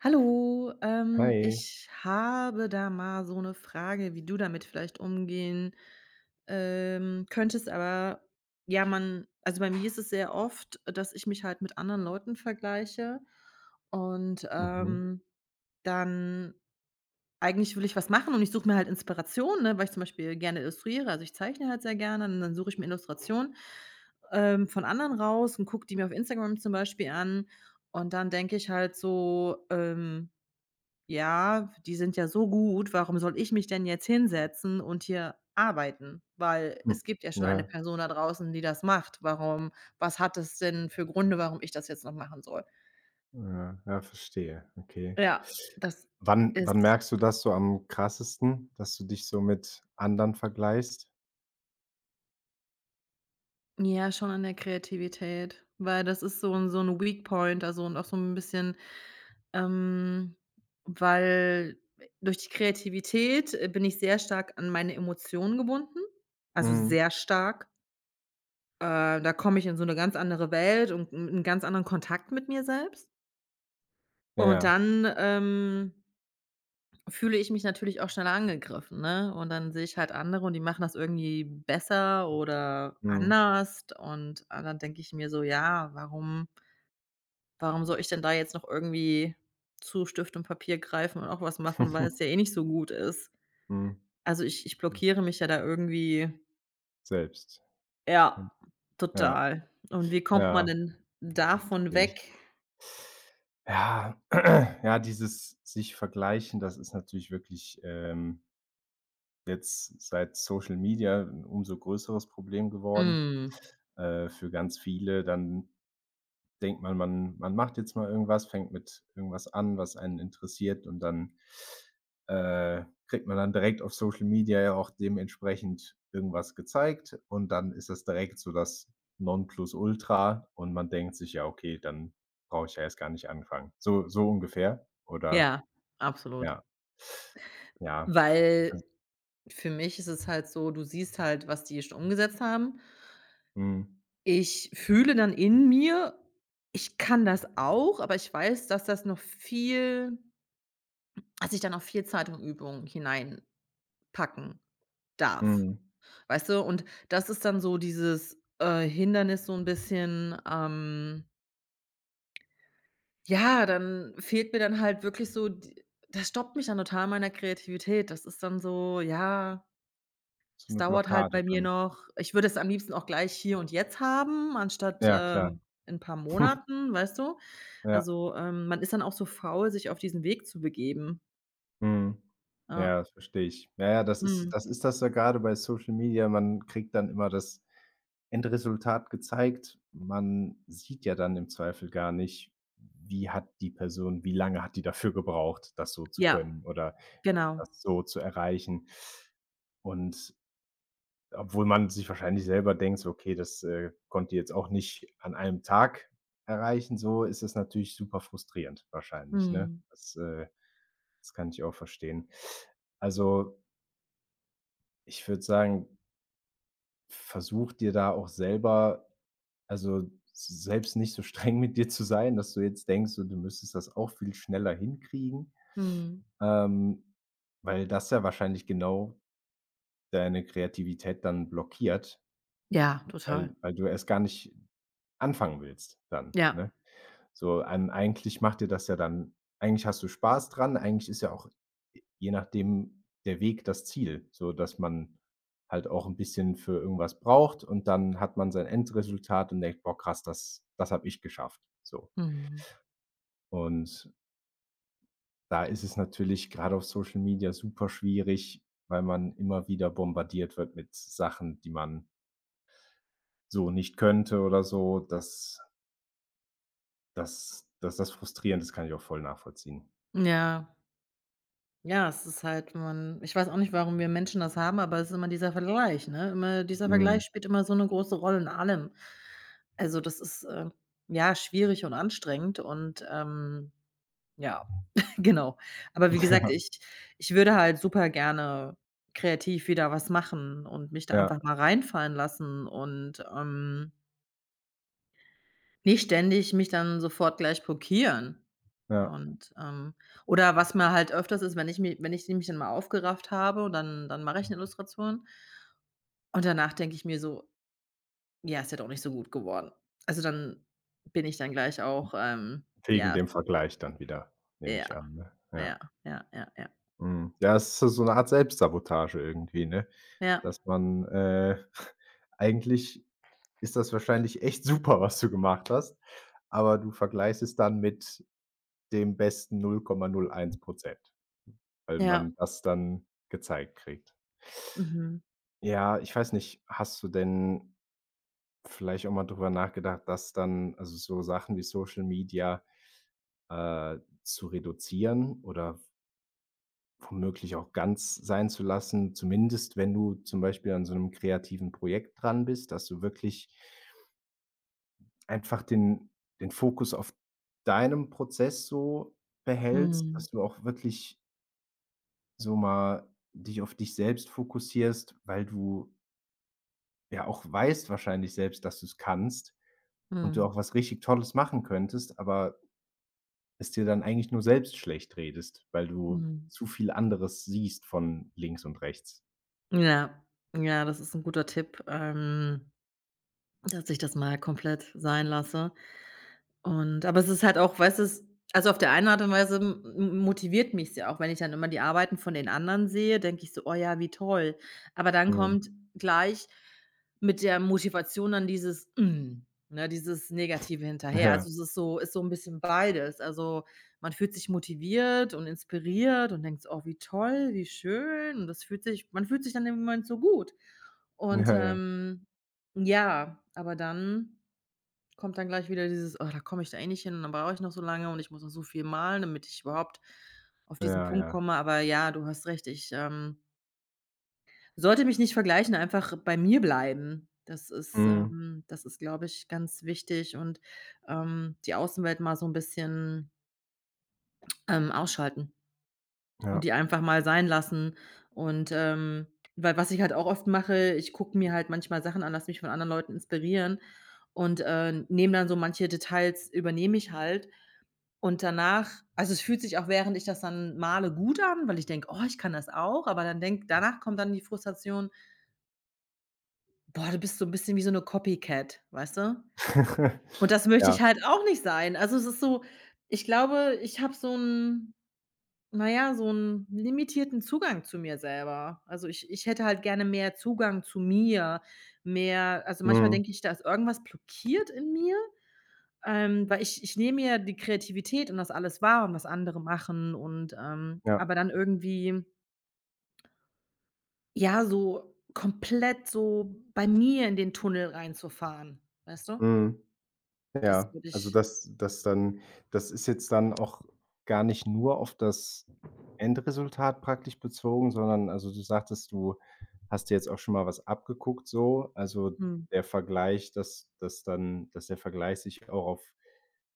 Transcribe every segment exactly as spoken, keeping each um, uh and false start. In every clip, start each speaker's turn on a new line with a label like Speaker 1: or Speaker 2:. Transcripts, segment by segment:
Speaker 1: Hallo, ähm,
Speaker 2: Hi.
Speaker 1: ich habe da mal so 'ne Frage, wie du damit vielleicht umgehen, ähm, könntest, aber ja, man also, bei mir ist es sehr oft, dass ich mich halt mit anderen Leuten vergleiche und,
Speaker 2: Mhm.
Speaker 1: ähm, dann eigentlich will ich was machen und ich suche mir halt Inspiration, ne, weil ich zum Beispiel gerne illustriere. Also, ich zeichne halt sehr gerne und dann suche ich mir Illustrationen, ähm, von anderen raus und gucke die mir auf Instagram zum Beispiel an und dann denke ich halt so, ähm ja, die sind ja so gut, warum soll ich mich denn jetzt hinsetzen und hier arbeiten? Weil
Speaker 2: Hm.
Speaker 1: es gibt ja schon eine
Speaker 2: Ja,
Speaker 1: Person da draußen, die das macht. Warum was hat es denn für Gründe, warum ich das jetzt noch machen soll?
Speaker 2: ja, ja, verstehe. Okay.
Speaker 1: Ja, das
Speaker 2: Wann wann
Speaker 1: ist
Speaker 2: merkst du das so am krassesten, dass du dich so mit anderen vergleichst?
Speaker 1: ja schon an der Kreativität, weil das ist so 'n so 'n Weak Point, also, und auch so 'n bisschen, ähm weil durch die Kreativität, äh, bin ich sehr stark an meine Emotionen gebunden, also,
Speaker 2: Mhm.
Speaker 1: sehr stark. Äh, da komme ich in so 'ne ganz andere Welt und 'n 'n ganz anderen Kontakt mit mir selbst. Und
Speaker 2: Ja.
Speaker 1: dann, ähm, fühle ich mich natürlich auch schneller angegriffen, ne? Und dann sehe ich halt andere und die machen das irgendwie besser oder
Speaker 2: Mhm.
Speaker 1: anders und, ah, dann denke ich mir so: „Ja, warum warum soll ich denn da jetzt noch irgendwie zu Stift und Papier greifen und auch was machen, weil es ja eh nicht so gut ist?“
Speaker 2: Mhm.
Speaker 1: Also, ich ich
Speaker 2: Hm.
Speaker 1: blockiere mich ja da irgendwie
Speaker 2: Selbst. Ja,
Speaker 1: ja,
Speaker 2: ja,
Speaker 1: total. Und wie kommt man
Speaker 2: ja,
Speaker 1: denn davon
Speaker 2: verstehe ich.
Speaker 1: weg?
Speaker 2: Ja, ja, dieses sich vergleichen, das ist natürlich wirklich, ähm, jetzt seit Social Media 'n umso größeres Problem geworden,
Speaker 1: Mhm.
Speaker 2: äh, für ganz viele. Dann denkt man, man man macht jetzt mal irgendwas, fängt mit irgendwas an, was einen interessiert und dann, äh, kriegt man dann direkt auf Social Media ja auch dementsprechend irgendwas gezeigt und dann ist das direkt so das Nonplusultra und man denkt sich: „Ja, okay, dann brauche ich ja erst gar nicht anfangen." So so ungefähr, oder
Speaker 1: Ja, absolut.
Speaker 2: ja. Ja,
Speaker 1: Weil
Speaker 2: also,
Speaker 1: für mich ist es halt so, du siehst halt, was die schon umgesetzt haben.
Speaker 2: mhm,
Speaker 1: Ich fühle dann in mir, ich kann das auch, aber ich weiß, dass das noch viel dass ich da noch viel Zeit und Übung hineinpacken darf,
Speaker 2: mhm.
Speaker 1: weißt du? Und das ist dann so dieses, äh, Hindernis so ein bisschen, ähm ja, dann fehlt mir dann halt wirklich so d das stoppt mich dann total meiner Kreativität. Das ist dann so, ja.
Speaker 2: So
Speaker 1: Es
Speaker 2: eine
Speaker 1: dauert halt
Speaker 2: Blockade
Speaker 1: bei mir
Speaker 2: dann.
Speaker 1: noch ich würde es am liebsten auch gleich hier und jetzt haben, anstatt,
Speaker 2: Ja, klar,
Speaker 1: ähm, in 'n paar Monaten, weißt du?
Speaker 2: ja.
Speaker 1: Also, ähm, man ist dann auch so faul, sich auf diesen Weg zu begeben.
Speaker 2: Mhm.
Speaker 1: Ja.
Speaker 2: Ja, das verstehe ich. Ja, ja, das ist
Speaker 1: Mhm.
Speaker 2: das ist das ja gerade bei Social Media. Man kriegt dann immer das Endresultat gezeigt. Man sieht ja dann im Zweifel gar nicht, wie hat die Person wie lange hat die dafür gebraucht, das so zu
Speaker 1: Ja,
Speaker 2: können oder
Speaker 1: genau.
Speaker 2: das so zu erreichen. Und obwohl man sich wahrscheinlich selber denkt, so: „Okay, das, äh, konnt jetzt auch nicht an einem Tag erreichen", so ist es natürlich super frustrierend wahrscheinlich, ne?
Speaker 1: Mhm.
Speaker 2: Das, äh das kann ich auch verstehen. Also, ich würde sagen, versuch dir da auch selber, also, selbst nicht so streng mit dir zu sein, dass du jetzt denkst, so, du müsstest das auch viel schneller hinkriegen,
Speaker 1: Mhm.
Speaker 2: ähm, weil das ja wahrscheinlich genau deine Kreativität dann blockiert,
Speaker 1: Ja, total.
Speaker 2: weil weil du erst gar nicht anfangen willst dann,
Speaker 1: Ja.
Speaker 2: ne? So, ähm, eigentlich macht dir das ja dann, eigentlich hast du Spaß dran, eigentlich ist ja auch je nachdem der Weg das Ziel, so dass man halt auch 'n bisschen für irgendwas braucht und dann hat man sein Endresultat und denkt: „Boah krass, das das habe ich geschafft", so.
Speaker 1: Mhm.
Speaker 2: Und da ist es natürlich grade auf Social Media super schwierig, weil man immer wieder bombardiert wird mit Sachen, die man so nicht könnte oder so, dass dass dass das frustrierend ist, kann ich auch voll nachvollziehen.
Speaker 1: Ja. Ja, es ist halt man ich weiß auch nicht, warum wir Menschen das haben, aber es ist immer dieser Vergleich, ne? Immer dieser Vergleich
Speaker 2: Mhm.
Speaker 1: spielt immer so eine große Rolle in allem. Also, das ist, äh, ja, schwierig und anstrengend und, ähm, ja, genau. Aber wie gesagt, ich ich würde halt super gerne kreativ wieder was machen und mich da
Speaker 2: Ja,
Speaker 1: einfach mal reinfallen lassen und, ähm nicht ständig mich dann sofort gleich blockieren.
Speaker 2: ja, ja.
Speaker 1: Und, ähm oder was mir halt öfters ist, wenn ich mi wenn ich mich dann mal aufgerafft habe und dann dann mache ich eine Illustration und danach denke ich mir so: „Ja, ist ja doch nicht so gut geworden.“ Also, dann bin ich dann gleich auch, ähm
Speaker 2: Wegen
Speaker 1: ja,
Speaker 2: dem Vergleich dann wieder, nehme
Speaker 1: ja,
Speaker 2: ich an, ne? Ja.
Speaker 1: ja, ja, ja, ja,
Speaker 2: Mhm. Ja, es ist so so 'ne Art Selbstsabotage irgendwie, ne?
Speaker 1: ja,
Speaker 2: Dass man, äh eigentlich ist das wahrscheinlich echt super, was du gemacht hast, aber du vergleichst es dann mit dem besten null Komma null eins, weil
Speaker 1: ja,
Speaker 2: man das dann gezeigt kriegt.
Speaker 1: mhm,
Speaker 2: Ja, ich weiß nicht, hast du denn vielleicht auch mal drüber nachgedacht, dass dann, also, so Sachen wie Social Media äh, zu reduzieren oder womöglich auch ganz sein zu lassen, zumindest wenn du zum Beispiel an so einem kreativen Projekt dran bist, dass du wirklich einfach den den Fokus auf deinem Prozess so behältst,
Speaker 1: mhm,
Speaker 2: dass du auch wirklich so mal dich auf dich selbst fokussierst, weil du ja auch weißt wahrscheinlich selbst, dass du es kannst und du
Speaker 1: mhm,
Speaker 2: auch was richtig Tolles machen könntest, aber es dir dann eigentlich nur selbst schlecht redest, weil du
Speaker 1: mhm.
Speaker 2: zu viel anderes siehst von links und rechts.
Speaker 1: Ja, ja, das ist ein guter Tipp, ähm, dass ich das mal komplett sein lasse. Und aber es ist halt auch weißt du, es also auf der einen Art und Weise m m motiviert mich ja auch, wenn ich dann immer die Arbeiten von den anderen sehe, denke ich so: „Oh ja, wie toll.“ Aber dann
Speaker 2: Mhm.
Speaker 1: kommt gleich mit der Motivation dann dieses „Mm“, ne, dieses Negative hinterher.
Speaker 2: Ja,
Speaker 1: Also, es ist so ist so ein bisschen beides. Also, man fühlt sich motiviert und inspiriert und denkt so: „Oh, wie toll, wie schön.“ Und das fühlt sich man fühlt sich dann in Moment so gut. Und,
Speaker 2: ja, ja,
Speaker 1: ähm, ja, aber dann kommt dann gleich wieder dieses: „Oh, da komme ich da eh nicht hin und dann brauche ich noch so lange und ich muss noch so viel malen, damit ich überhaupt auf diesen
Speaker 2: ja,
Speaker 1: Punkt
Speaker 2: ja.
Speaker 1: komme.“ Aber ja, du hast recht, ich, ähm, sollte mich nicht vergleichen, einfach bei mir bleiben. Das ist,
Speaker 2: Mhm.
Speaker 1: ähm das ist, glaube ich, ganz wichtig und, ähm, die Außenwelt mal so ein bisschen, ähm, ausschalten und
Speaker 2: Ja.
Speaker 1: die einfach mal sein lassen. Und, ähm weil was ich halt auch oft mache, ich gucke mir halt manchmal Sachen an, lasse mich von anderen Leuten inspirieren und, äh, nehme dann so manche Details übernehme ich halt. Und danach also, es fühlt sich auch, während ich das dann male, gut an, weil ich denke: „Oh, ich kann das auch.“ Aber dann denke danach kommt dann die Frustration: „Boah, du bist so ein bisschen wie so eine Copycat“, weißt du? Und das möchte
Speaker 2: Ja.
Speaker 1: ich halt auch nicht sein. Also, es ist so ich glaube, ich habe so 'n naja, so einen limitierten Zugang zu mir selber. Also, ich ich hätte halt gerne mehr Zugang zu mir, mehr also, manchmal
Speaker 2: Mhm.
Speaker 1: denke ich, da ist irgendwas blockiert in mir. Ähm, weil ich ich nehme mir die Kreativität und das alles wahr und was andere machen und, ähm
Speaker 2: Ja.
Speaker 1: aber dann irgendwie, ja, so komplett so bei mir in den Tunnel reinzufahren, weißt du?
Speaker 2: Mhm.
Speaker 1: Das
Speaker 2: Ja,
Speaker 1: würde
Speaker 2: also
Speaker 1: ich
Speaker 2: das das dann, das ist jetzt dann auch gar nicht nur auf das Endresultat praktisch bezogen, sondern, also, du sagtest, du hast dir jetzt auch schon mal was abgeguckt so. Also
Speaker 1: mhm.
Speaker 2: der Vergleich, dass dass dann dass der Vergleich sich auch auf,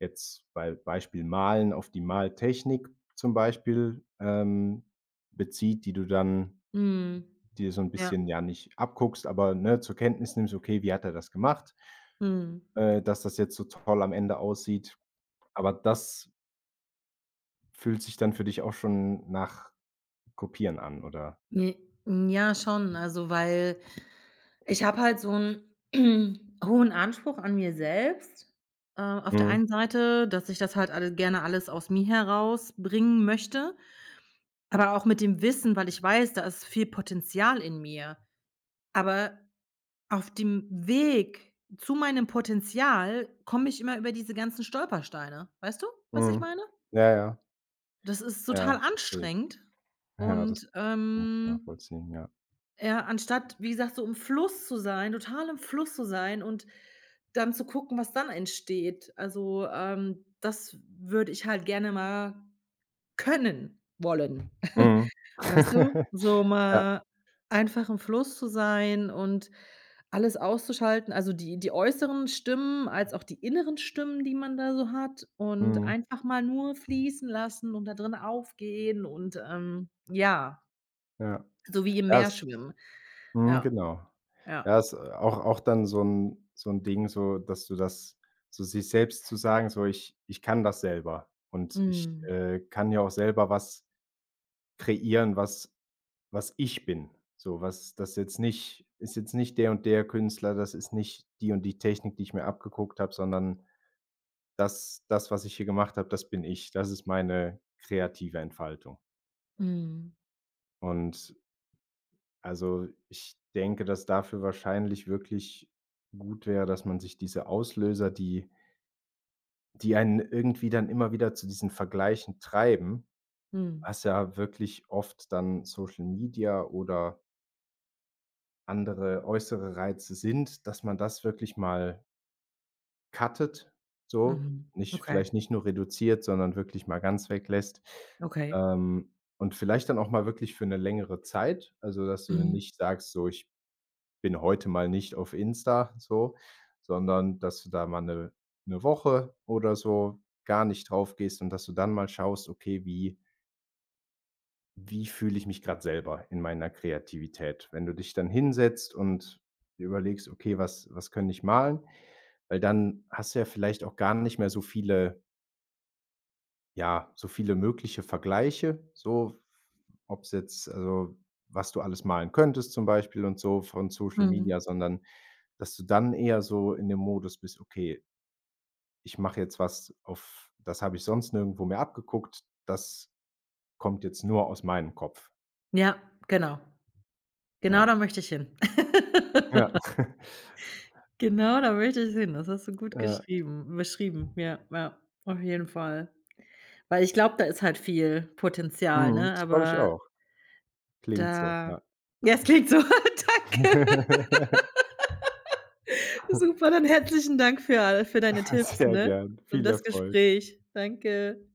Speaker 2: jetzt bei Beispiel Malen, auf die Maltechnik zum Beispiel, ähm, bezieht, die du dann
Speaker 1: Mhm.
Speaker 2: dir so ein
Speaker 1: Ja.
Speaker 2: bisschen, ja, nicht abguckst, aber, ne, zur Kenntnis nimmst: „Okay, wie hat er das gemacht?"
Speaker 1: Mhm.
Speaker 2: äh, dass das jetzt so toll am Ende aussieht. Aber das fühlt sich dann für dich auch schon nach Kopieren an, oder?
Speaker 1: Ne, hm, nee, mm, ja, schon. Also, weil ich habe halt so einen hohen Anspruch an mir selbst, äh, auf der
Speaker 2: Mhm,
Speaker 1: einen Seite, dass ich das halt alle gerne alles aus mir herausbringen möchte. Aber auch mit dem Wissen, weil ich weiß, da ist viel Potenzial in mir. Aber auf dem Weg zu meinem Potenzial komme ich immer über diese ganzen Stolpersteine. Weißt du, was ich
Speaker 2: mhm.
Speaker 1: meine?
Speaker 2: Ja, ja.
Speaker 1: Das ist total
Speaker 2: Ja, verstehe ich.
Speaker 1: anstrengend
Speaker 2: Ja, das
Speaker 1: und,
Speaker 2: kann ich
Speaker 1: ähm,
Speaker 2: nachvollziehen, ja.
Speaker 1: ja, anstatt, wie gesagt, so im Fluss zu sein, total im Fluss zu sein und dann zu gucken, was dann entsteht. Also, ähm, das würde ich halt gerne mal können wollen.
Speaker 2: Mhm.
Speaker 1: Weißt du, so
Speaker 2: Ja,
Speaker 1: mal einfach im Fluss zu sein und alles auszuschalten, also die die äußeren Stimmen als auch die inneren Stimmen, die man da so hat und
Speaker 2: mhm,
Speaker 1: einfach mal nur fließen lassen und da drin aufgehen und, ähm, ja,
Speaker 2: ja.
Speaker 1: so wie im
Speaker 2: Ja,
Speaker 1: Meer
Speaker 2: es
Speaker 1: schwimmen.
Speaker 2: mhm,
Speaker 1: Ja,
Speaker 2: genau.
Speaker 1: ja.
Speaker 2: Ja, ist auch auch dann so 'n so 'n Ding, so dass du das, so sich selbst zu sagen, so: „Ich ich kann das selber und ich,
Speaker 1: Mhm.
Speaker 2: äh, kann ja auch selber was kreieren, was Was ich bin. So, was das jetzt nicht ist, jetzt nicht der und der Künstler, das ist nicht die und die Technik, die ich mir abgeguckt habe, sondern das das, was ich hier gemacht habe, das bin ich. Das ist meine kreative Entfaltung."
Speaker 1: Mhm.
Speaker 2: Und, also, ich denke, dass dafür wahrscheinlich wirklich gut wäre, dass man sich diese Auslöser, die die einen irgendwie dann immer wieder zu diesen Vergleichen treiben,
Speaker 1: Mhm.
Speaker 2: was ja wirklich oft dann Social Media oder andere äußere Reize sind, dass man das wirklich mal cuttet, so,
Speaker 1: Mhm.
Speaker 2: nicht
Speaker 1: Okay,
Speaker 2: vielleicht, nicht nur reduziert, sondern wirklich mal ganz weglässt.
Speaker 1: okay.
Speaker 2: Ähm, und vielleicht dann auch mal wirklich für eine längere Zeit, also, dass du
Speaker 1: Mhm.
Speaker 2: nicht sagst, so: „Ich bin heute mal nicht auf Insta", so, sondern dass du da mal eine 'ne Woche oder so gar nicht drauf gehst und dass du dann mal schaust: „Okay, wie wie fühle ich mich gerade selber in meiner Kreativität?" Wenn du dich dann hinsetzt und dir überlegst: „Okay, was was könnte ich malen?" Weil dann hast du ja vielleicht auch gar nicht mehr so viele, ja, so viele mögliche Vergleiche, so, ob es jetzt, also, was du alles malen könntest zum Beispiel und so von Social
Speaker 1: Mhm.
Speaker 2: Media, sondern dass du dann eher so in dem Modus bist: „Okay, ich mache jetzt was, auf das habe ich sonst nirgendwo mehr abgeguckt. Das kommt jetzt nur aus meinem Kopf."
Speaker 1: Ja, genau. Genau
Speaker 2: Ja.
Speaker 1: da möchte ich hin.
Speaker 2: Ja.
Speaker 1: Genau, da möchte ich hin. Das hast du gut
Speaker 2: Ja,
Speaker 1: geschrieben beschrieben. Ja, ja, auf jeden Fall. Weil ich glaube, da ist halt viel Potenzial,
Speaker 2: mhm,
Speaker 1: ne?
Speaker 2: das glaube ich
Speaker 1: Aber
Speaker 2: auch. Klingt so,
Speaker 1: da
Speaker 2: ja.
Speaker 1: ja, es klingt so. Danke. Super, dann herzlichen Dank für all für deine Tipps,
Speaker 2: Sehr
Speaker 1: ne?
Speaker 2: gern.
Speaker 1: Und
Speaker 2: Viel
Speaker 1: das
Speaker 2: Erfolg.
Speaker 1: Gespräch. Danke.